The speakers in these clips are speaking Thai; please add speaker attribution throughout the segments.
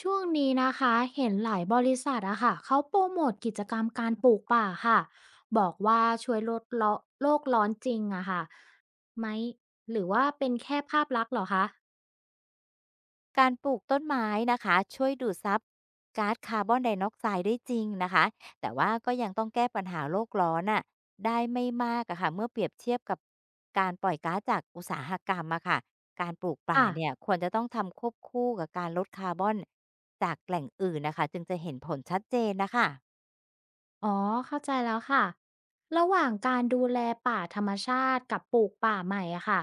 Speaker 1: ช่วงนี้นะคะเห็นหลายบริษัทอะค่ะเขาโปรโมทกิจกรรมการปลูกป่าค่ะบอกว่าช่วยลดโลกร้อนจริงอะค่ะไหมหรือว่าเป็นแค่ภาพลักษณ์เหรอคะ
Speaker 2: การปลูกต้นไม้นะคะช่วยดูดซับก๊าซคาร์บอนไดออกไซด์ได้จริงนะคะแต่ว่าก็ยังต้องแก้ปัญหาโลกร้อนน่ะได้ไม่มากอะค่ะเมื่อเปรียบเทียบกับการปล่อยก๊าซจากอุตสาหกรรมอะค่ะการปลูกป่า
Speaker 1: อ่ะ
Speaker 2: เนี่ยควรจะต้องทำควบคู่กับการลดคาร์บอนจากแหล่งอื่นนะคะจึงจะเห็นผลชัดเจนนะคะ
Speaker 1: อ๋อเข้าใจแล้วค่ะระหว่างการดูแลป่าธรรมชาติกับปลูกป่าใหม่อะค่ะ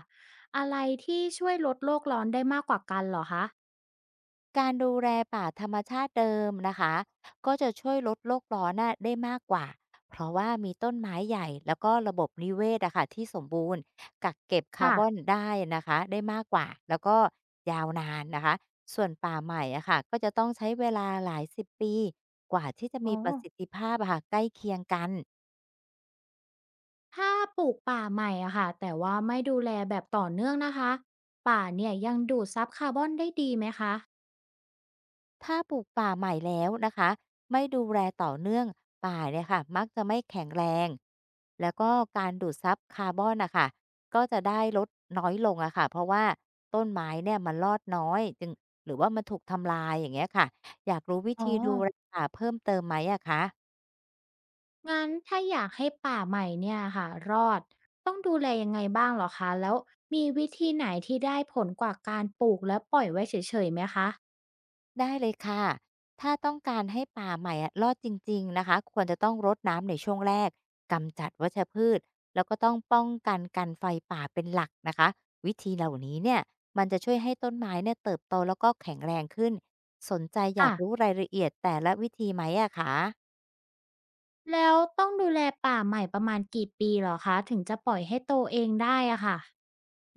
Speaker 1: อะไรที่ช่วยลดโลกร้อนได้มากกว่ากันเหรอคะ
Speaker 2: การดูแลป่าธรรมชาติเดิมนะคะก็จะช่วยลดโลกร้อนน่ะได้มากกว่าเพราะว่ามีต้นไม้ใหญ่แล้วก็ระบบนิเวศอะค่ะที่สมบูรณ์กักเก็บคา
Speaker 1: ค่ะ
Speaker 2: ร์บอนได้นะคะได้มากกว่าแล้วก็ยาวนานนะคะส่วนป่าใหม่อะค่ะก็จะต้องใช้เวลาหลายสิบปีกว่าที่จะ
Speaker 1: อ๋
Speaker 2: มีประสิท
Speaker 1: อ
Speaker 2: ธิภาพอะค่ะใกล้เคียงกัน
Speaker 1: ถ้าปลูกป่าใหม่อะค่ะแต่ว่าไม่ดูแลแบบต่อเนื่องนะคะป่าเนี่ยยังดูดซับคาร์บอนได้ดีไหมคะ
Speaker 2: ถ้าปลูกป่าใหม่แล้วนะคะไม่ดูแลต่อเนื่องป่าเนี่ยค่ะมักจะไม่แข็งแรงแล้วก็การดูดซับคาร์บอนนะคะก็จะได้ลดน้อยลงอะค่ะเพราะว่าต้นไม้เนี่ยมันรอดน้อยจึงหรือว่ามันถูกทำลายอย่างเงี้ยค่ะอยากรู้วิ
Speaker 1: อ๋อ
Speaker 2: ธีดูแลป่าเพิ่มเติมไหมอะคะ
Speaker 1: งั้นถ้าอยากให้ป่าใหม่เนี่ยค่ะรอดต้องดูแลยังไงบ้างเหรอคะแล้วมีวิธีไหนที่ได้ผลกว่าการปลูกและปล่อยไว้เฉยๆไหมคะ
Speaker 2: ได้เลยค่ะ ถ้าต้องการให้ป่าใหม่อะรอดจริงๆนะคะ ควรจะต้องรดน้ำในช่วงแรก กำจัดวัชพืช แล้วก็ต้องป้องกันการไฟป่าเป็นหลักนะคะ วิธีเหล่านี้เนี่ย มันจะช่วยให้ต้นไม้เนี่ยเติบโตแล้วก็แข็งแรงขึ้น สนใจอยากรู้
Speaker 1: อ่ะ
Speaker 2: รายละเอียดแต่ละวิธีไหมอะคะ
Speaker 1: แล้วต้องดูแลป่าใหม่ประมาณกี่ปีเหรอคะถึงจะปล่อยให้โตเองได้อะค่ะ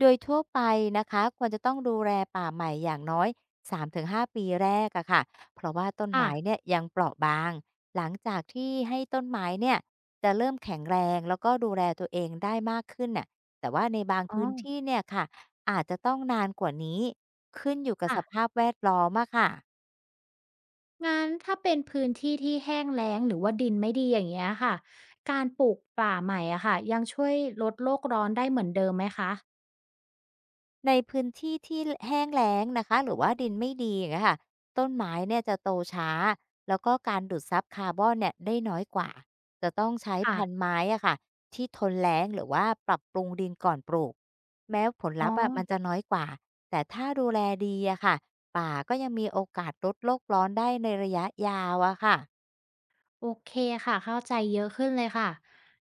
Speaker 2: โดยทั่วไปนะคะควรจะต้องดูแลป่าใหม่อย่างน้อย 3-5 ปีแรกอะค่ะ เพราะว่าต้น
Speaker 1: อ่ะ
Speaker 2: ไม้เนี่ยยังเปราะบาง หลังจากที่ให้ต้นไม้เนี่ยจะเริ่มแข็งแรงแล้วก็ดูแลตัวเองได้มากขึ้นน่ะแต่ว่าในบาง
Speaker 1: อ๋อ
Speaker 2: พื้นที่เนี่ยค่ะอาจจะต้องนานกว่านี้ขึ้นอยู่กับ
Speaker 1: อ่ะ
Speaker 2: สภาพแวดล้อมอะค่ะ
Speaker 1: งั้นถ้าเป็นพื้นที่ที่แห้งแล้งหรือว่าดินไม่ดีอย่างเงี้ยค่ะการปลูกป่าใหม่อะค่ะยังช่วยลดโลกร้อนได้เหมือนเดิมไหมคะ
Speaker 2: ในพื้นที่ที่แห้งแล้งนะคะหรือว่าดินไม่ดีอย่างเงี้ยค่ะต้นไม้เนี่ยจะโตช้าแล้วก็การดูดซับคาร์บอนเนี่ยได้น้อยกว่าจะต้องใช้
Speaker 1: ค่ะ
Speaker 2: พันธุ์ไม้อะค่ะที่ทนแล้งหรือว่าปรับปรุงดินก่อนปลูกแม้ผล
Speaker 1: อ๋อ
Speaker 2: ลัพธ์อะมันจะน้อยกว่าแต่ถ้าดูแลดีอะค่ะป่าก็ยังมีโอกาสลดโลกร้อนได้ในระยะยาวอะค่ะ
Speaker 1: โอเคค่ะเข้าใจเยอะขึ้นเลยค่ะ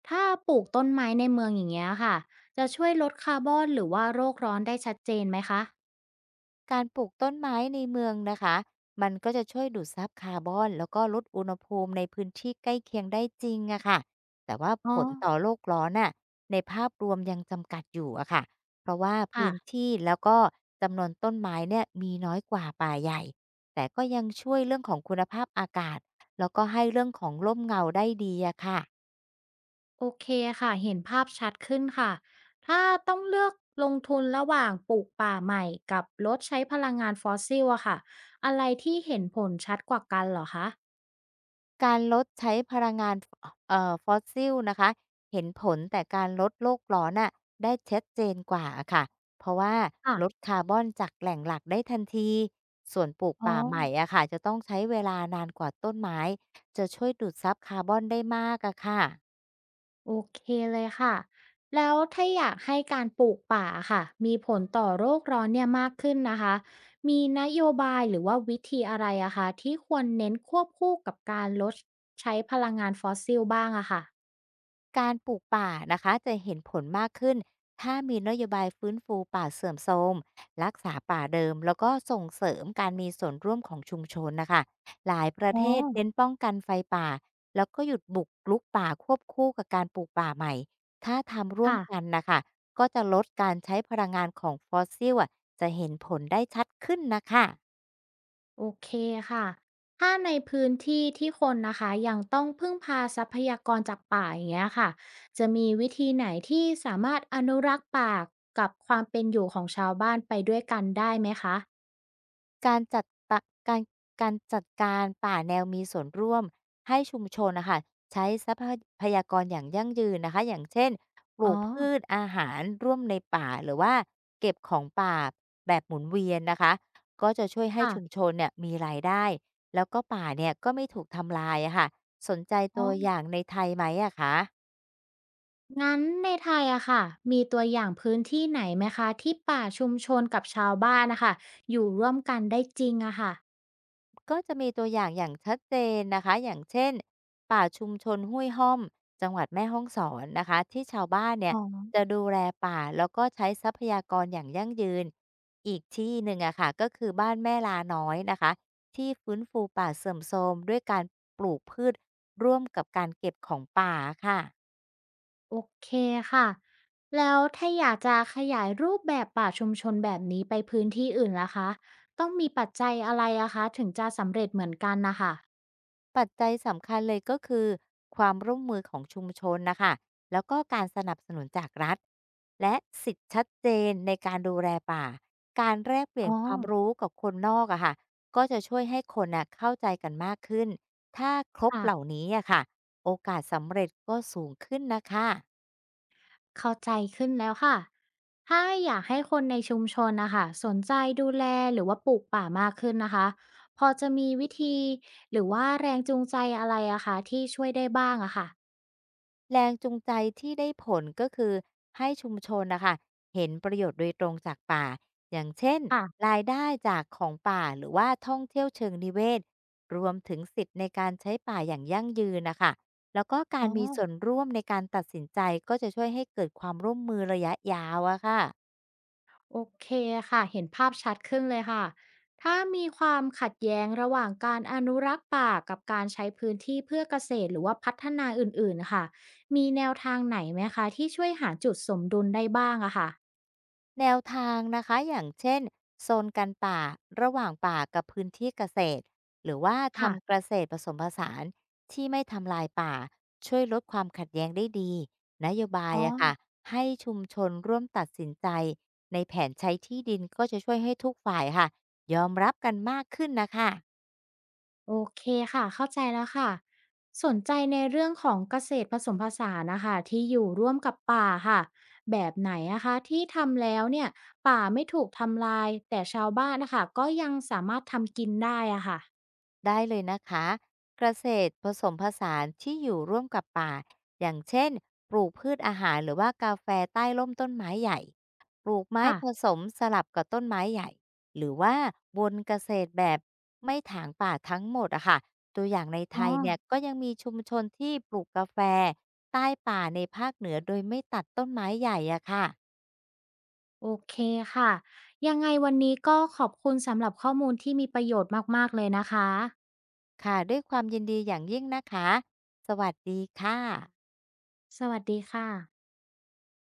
Speaker 1: ถ้าปลูกต้นไม้ในเมืองอย่างเงี้ยค่ะจะช่วยลดคาร์บอนหรือว่าโลกร้อนได้ชัดเจนไหมคะ
Speaker 2: การปลูกต้นไม้ในเมืองนะคะมันก็จะช่วยดูดซับคาร์บอนแล้วก็ลดอุณหภูมิในพื้นที่ใกล้เคียงได้จริงอะค่ะแต่ว่า
Speaker 1: อ๋อ
Speaker 2: ผลต่อโลกร้อนน่ะในภาพรวมยังจำกัดอยู่อะค่ะเพราะว่า
Speaker 1: ค่ะ
Speaker 2: พื้นที่แล้วก็จำนวนต้นไม้เนี่ยมีน้อยกว่าป่าใหญ่ แต่ก็ยังช่วยเรื่องของคุณภาพอากาศแล้วก็ให้เรื่องของร่มเงาได้ดีอะค่ะ
Speaker 1: โอเคค่ะเห็นภาพชัดขึ้นค่ะถ้าต้องเลือกลงทุนระหว่างปลูกป่าใหม่กับลดใช้พลังงานฟอสซิลอะค่ะอะไรที่เห็นผลชัดกว่ากันเหรอคะ
Speaker 2: การลดใช้พลังงานฟอสซิลนะคะเห็นผลแต่การลดโลกร้อนน่ะได้ชัดเจนกว่าอะค่ะเพราะว่า
Speaker 1: ค่ะ
Speaker 2: ลดคาร์บอนจากแหล่งหลักได้ทันทีส่วนปลูก
Speaker 1: อ๋อ
Speaker 2: ป่าใหม่อะค่ะจะต้องใช้เวลานานกว่าต้นไม้จะช่วยดูดซับคาร์บอนได้มากอะค่ะ
Speaker 1: โอเคเลยค่ะแล้วถ้าอยากให้การปลูกป่าค่ะมีผลต่อโลกร้อนเนี่ยมากขึ้นนะคะมีนโยบายหรือว่าวิธีอะไรอะคะที่ควรเน้นควบคู่กับการลดใช้พลังงานฟอสซิลบ้างอะค่ะ
Speaker 2: การปลูกป่านะคะจะเห็นผลมากขึ้นถ้ามีนโยบายฟื้นฟูป่าเสื่อมโทรมรักษาป่าเดิมแล้วก็ส่งเสริมการมีส่วนร่วมของชุมชนนะคะหลายประ
Speaker 1: อ๋อ
Speaker 2: เทศเน้นป้องกันไฟป่าแล้วก็หยุดบุกลุกป่าควบคู่กับการปลูกป่าใหม่ถ้าทำร่วม
Speaker 1: ค่ะ
Speaker 2: กันนะคะก็จะลดการใช้พลังงานของฟอสซิลอะจะเห็นผลได้ชัดขึ้นนะคะ
Speaker 1: โอเคค่ะ ถ้าในพื้นที่ที่คนนะคะยังต้องพึ่งพาทรัพยากรจากป่าอย่างเงี้ยค่ะจะมีวิธีไหนที่สามารถอนุรักษ์ป่ากับความเป็นอยู่ของชาวบ้านไปด้วยกันได้ไหมคะ
Speaker 2: การจัดปะการการจัดการป่าแนวมีส่วนร่วมให้ชุมชนนะคะใช้ทรัพพยากรอย่างยั่งยืนนะคะอย่างเช่นปลู
Speaker 1: อ๋อ
Speaker 2: กพืชอาหารร่วมในป่าหรือว่าเก็บของป่าแบบหมุนเวียนนะคะก็จะช่วยให้ชุม
Speaker 1: ค่ะ
Speaker 2: ชนเนี่ยมีรายได้แล้วก็ป่าเนี่ยก็ไม่ถูกทำลายอะค่ะสนใจ
Speaker 1: อ๋อ
Speaker 2: ตัวอย่างในไทยไหมอะคะ
Speaker 1: งั้นในไทยอะค่ะ มีตัวอย่างพื้นที่ไหนไหมคะที่ป่าชุมชนกับชาวบ้านนะคะอยู่ร่วมกันได้จริงอะค่ะ
Speaker 2: ก็จะมีตัวอย่างอย่างชัดเจนนะคะ อย่างเช่นป่าชุมชนห้วยห้อมจังหวัดแม่ฮ่องสอนนะคะที่ชาวบ้านเนี่ย
Speaker 1: อ๋อ
Speaker 2: จะดูแลป่าแล้วก็ใช้ทรัพยากรอย่างยั่งยืนอีกที่หนึ่งอะค่ะก็คือบ้านแม่ลาน้อยนะคะที่ฟื้นฟูป่าเสื่อมโทรมด้วยการปลูกพืชร่วมกับการเก็บของป่าค่ะ
Speaker 1: โอเคค่ะแล้วถ้าอยากจะขยายรูปแบบป่าชุมชนแบบนี้ไปพื้นที่อื่นล่ะคะ ต้องมีปัจจัยอะไรอะคะถึงจะสำเร็จเหมือนกันนะคะ
Speaker 2: ปัจจัยสำคัญเลยก็คือความร่วมมือของชุมชนนะคะแล้วก็การสนับสนุนจากรัฐและสิทธิ์ชัดเจนในการดูแลป่า การแลกเปลี่ย
Speaker 1: อ๋
Speaker 2: น
Speaker 1: อ
Speaker 2: ความรู้กับคนนอกอะค่ะก็จะช่วยให้คนน่ะเข้าใจกันมากขึ้น ถ้าครบเหล่า
Speaker 1: ค่ะ
Speaker 2: นี้อะค่ะโอกาสสำเร็จก็สูงขึ้นนะคะ
Speaker 1: เข้าใจขึ้นแล้วค่ะถ้าอยากให้คนในชุมชนนะคะสนใจดูแลหรือว่าปลูกป่ามากขึ้นนะคะพอจะมีวิธีหรือว่าแรงจูงใจอะไรอะคะที่ช่วยได้บ้างอะค่ะ
Speaker 2: แรงจูงใจที่ได้ผลก็คือให้ชุมชนนะคะเห็นประโยชน์โดยตรงจากป่าอย่างเช่น
Speaker 1: ค่ะ
Speaker 2: รายได้จากของป่าหรือว่าท่องเที่ยวเชิงนิเวศรวมถึงสิทธิ์ในการใช้ป่าอย่างยั่งยืนนะคะแล้วก็กา
Speaker 1: อ๋อ
Speaker 2: รมีส่วนร่วมในการตัดสินใจก็จะช่วยให้เกิดความร่วมมือระยะยาวอะค่ะ
Speaker 1: โอเคค่ะเห็นภาพชัดขึ้นเลยค่ะถ้ามีความขัดแย้งระหว่างการอนุรักษ์ป่ากับการใช้พื้นที่เพื่อเกษตรหรือว่าพัฒนาอื่นๆค่ะมีแนวทางไหนไหมคะที่ช่วยหาจุดสมดุลได้บ้างอะค่ะ
Speaker 2: แนวทางนะคะอย่างเช่นโซนกันป่าระหว่างป่ากับพื้นที่เกษตรหรือว่า
Speaker 1: ค่ะ
Speaker 2: ทำเกษตรผสมผสานที่ไม่ทำลายป่าช่วยลดความขัดแย้งได้ดีนโยบาย
Speaker 1: อ๋อ
Speaker 2: อะค่ะให้ชุมชนร่วมตัดสินใจในแผนใช้ที่ดินก็จะช่วยให้ทุกฝ่ายค่ะยอมรับกันมากขึ้นนะคะ
Speaker 1: โอเคค่ะเข้าใจแล้วค่ะสนใจในเรื่องของเกษตรผสมผสานนะคะที่อยู่ร่วมกับป่าค่ะแบบไหนอะคะที่ทำแล้วเนี่ยป่าไม่ถูกทำลายแต่ชาวบ้านนะคะก็ยังสามารถทำกินได้อะค่ะ
Speaker 2: ได้เลยนะคะเกษตรผสมผสานที่อยู่ร่วมกับป่าอย่างเช่นปลูกพืชอาหารหรือว่ากาแฟใต้ร่มต้นไม้ใหญ่ปลูกไม้
Speaker 1: ค่ะ
Speaker 2: ผสมสลับกับต้นไม้ใหญ่หรือว่าวนเกษตรแบบไม่ถางป่าทั้งหมดอะค่ะตัวอย่างในไท
Speaker 1: อ๋อ
Speaker 2: ยเนี่ยก็ยังมีชุมชนที่ปลูกกาแฟใต้ป่าในภาคเหนือโดยไม่ตัดต้นไม้ใหญ่อะค่ะ
Speaker 1: โอเคค่ะยังไงวันนี้ก็ขอบคุณสำหรับข้อมูลที่มีประโยชน์มากๆเลยนะคะ
Speaker 2: ค่ะด้วยความยินดีอย่างยิ่งนะคะสวัสดีค่ะ
Speaker 1: สวัสดีค่ะ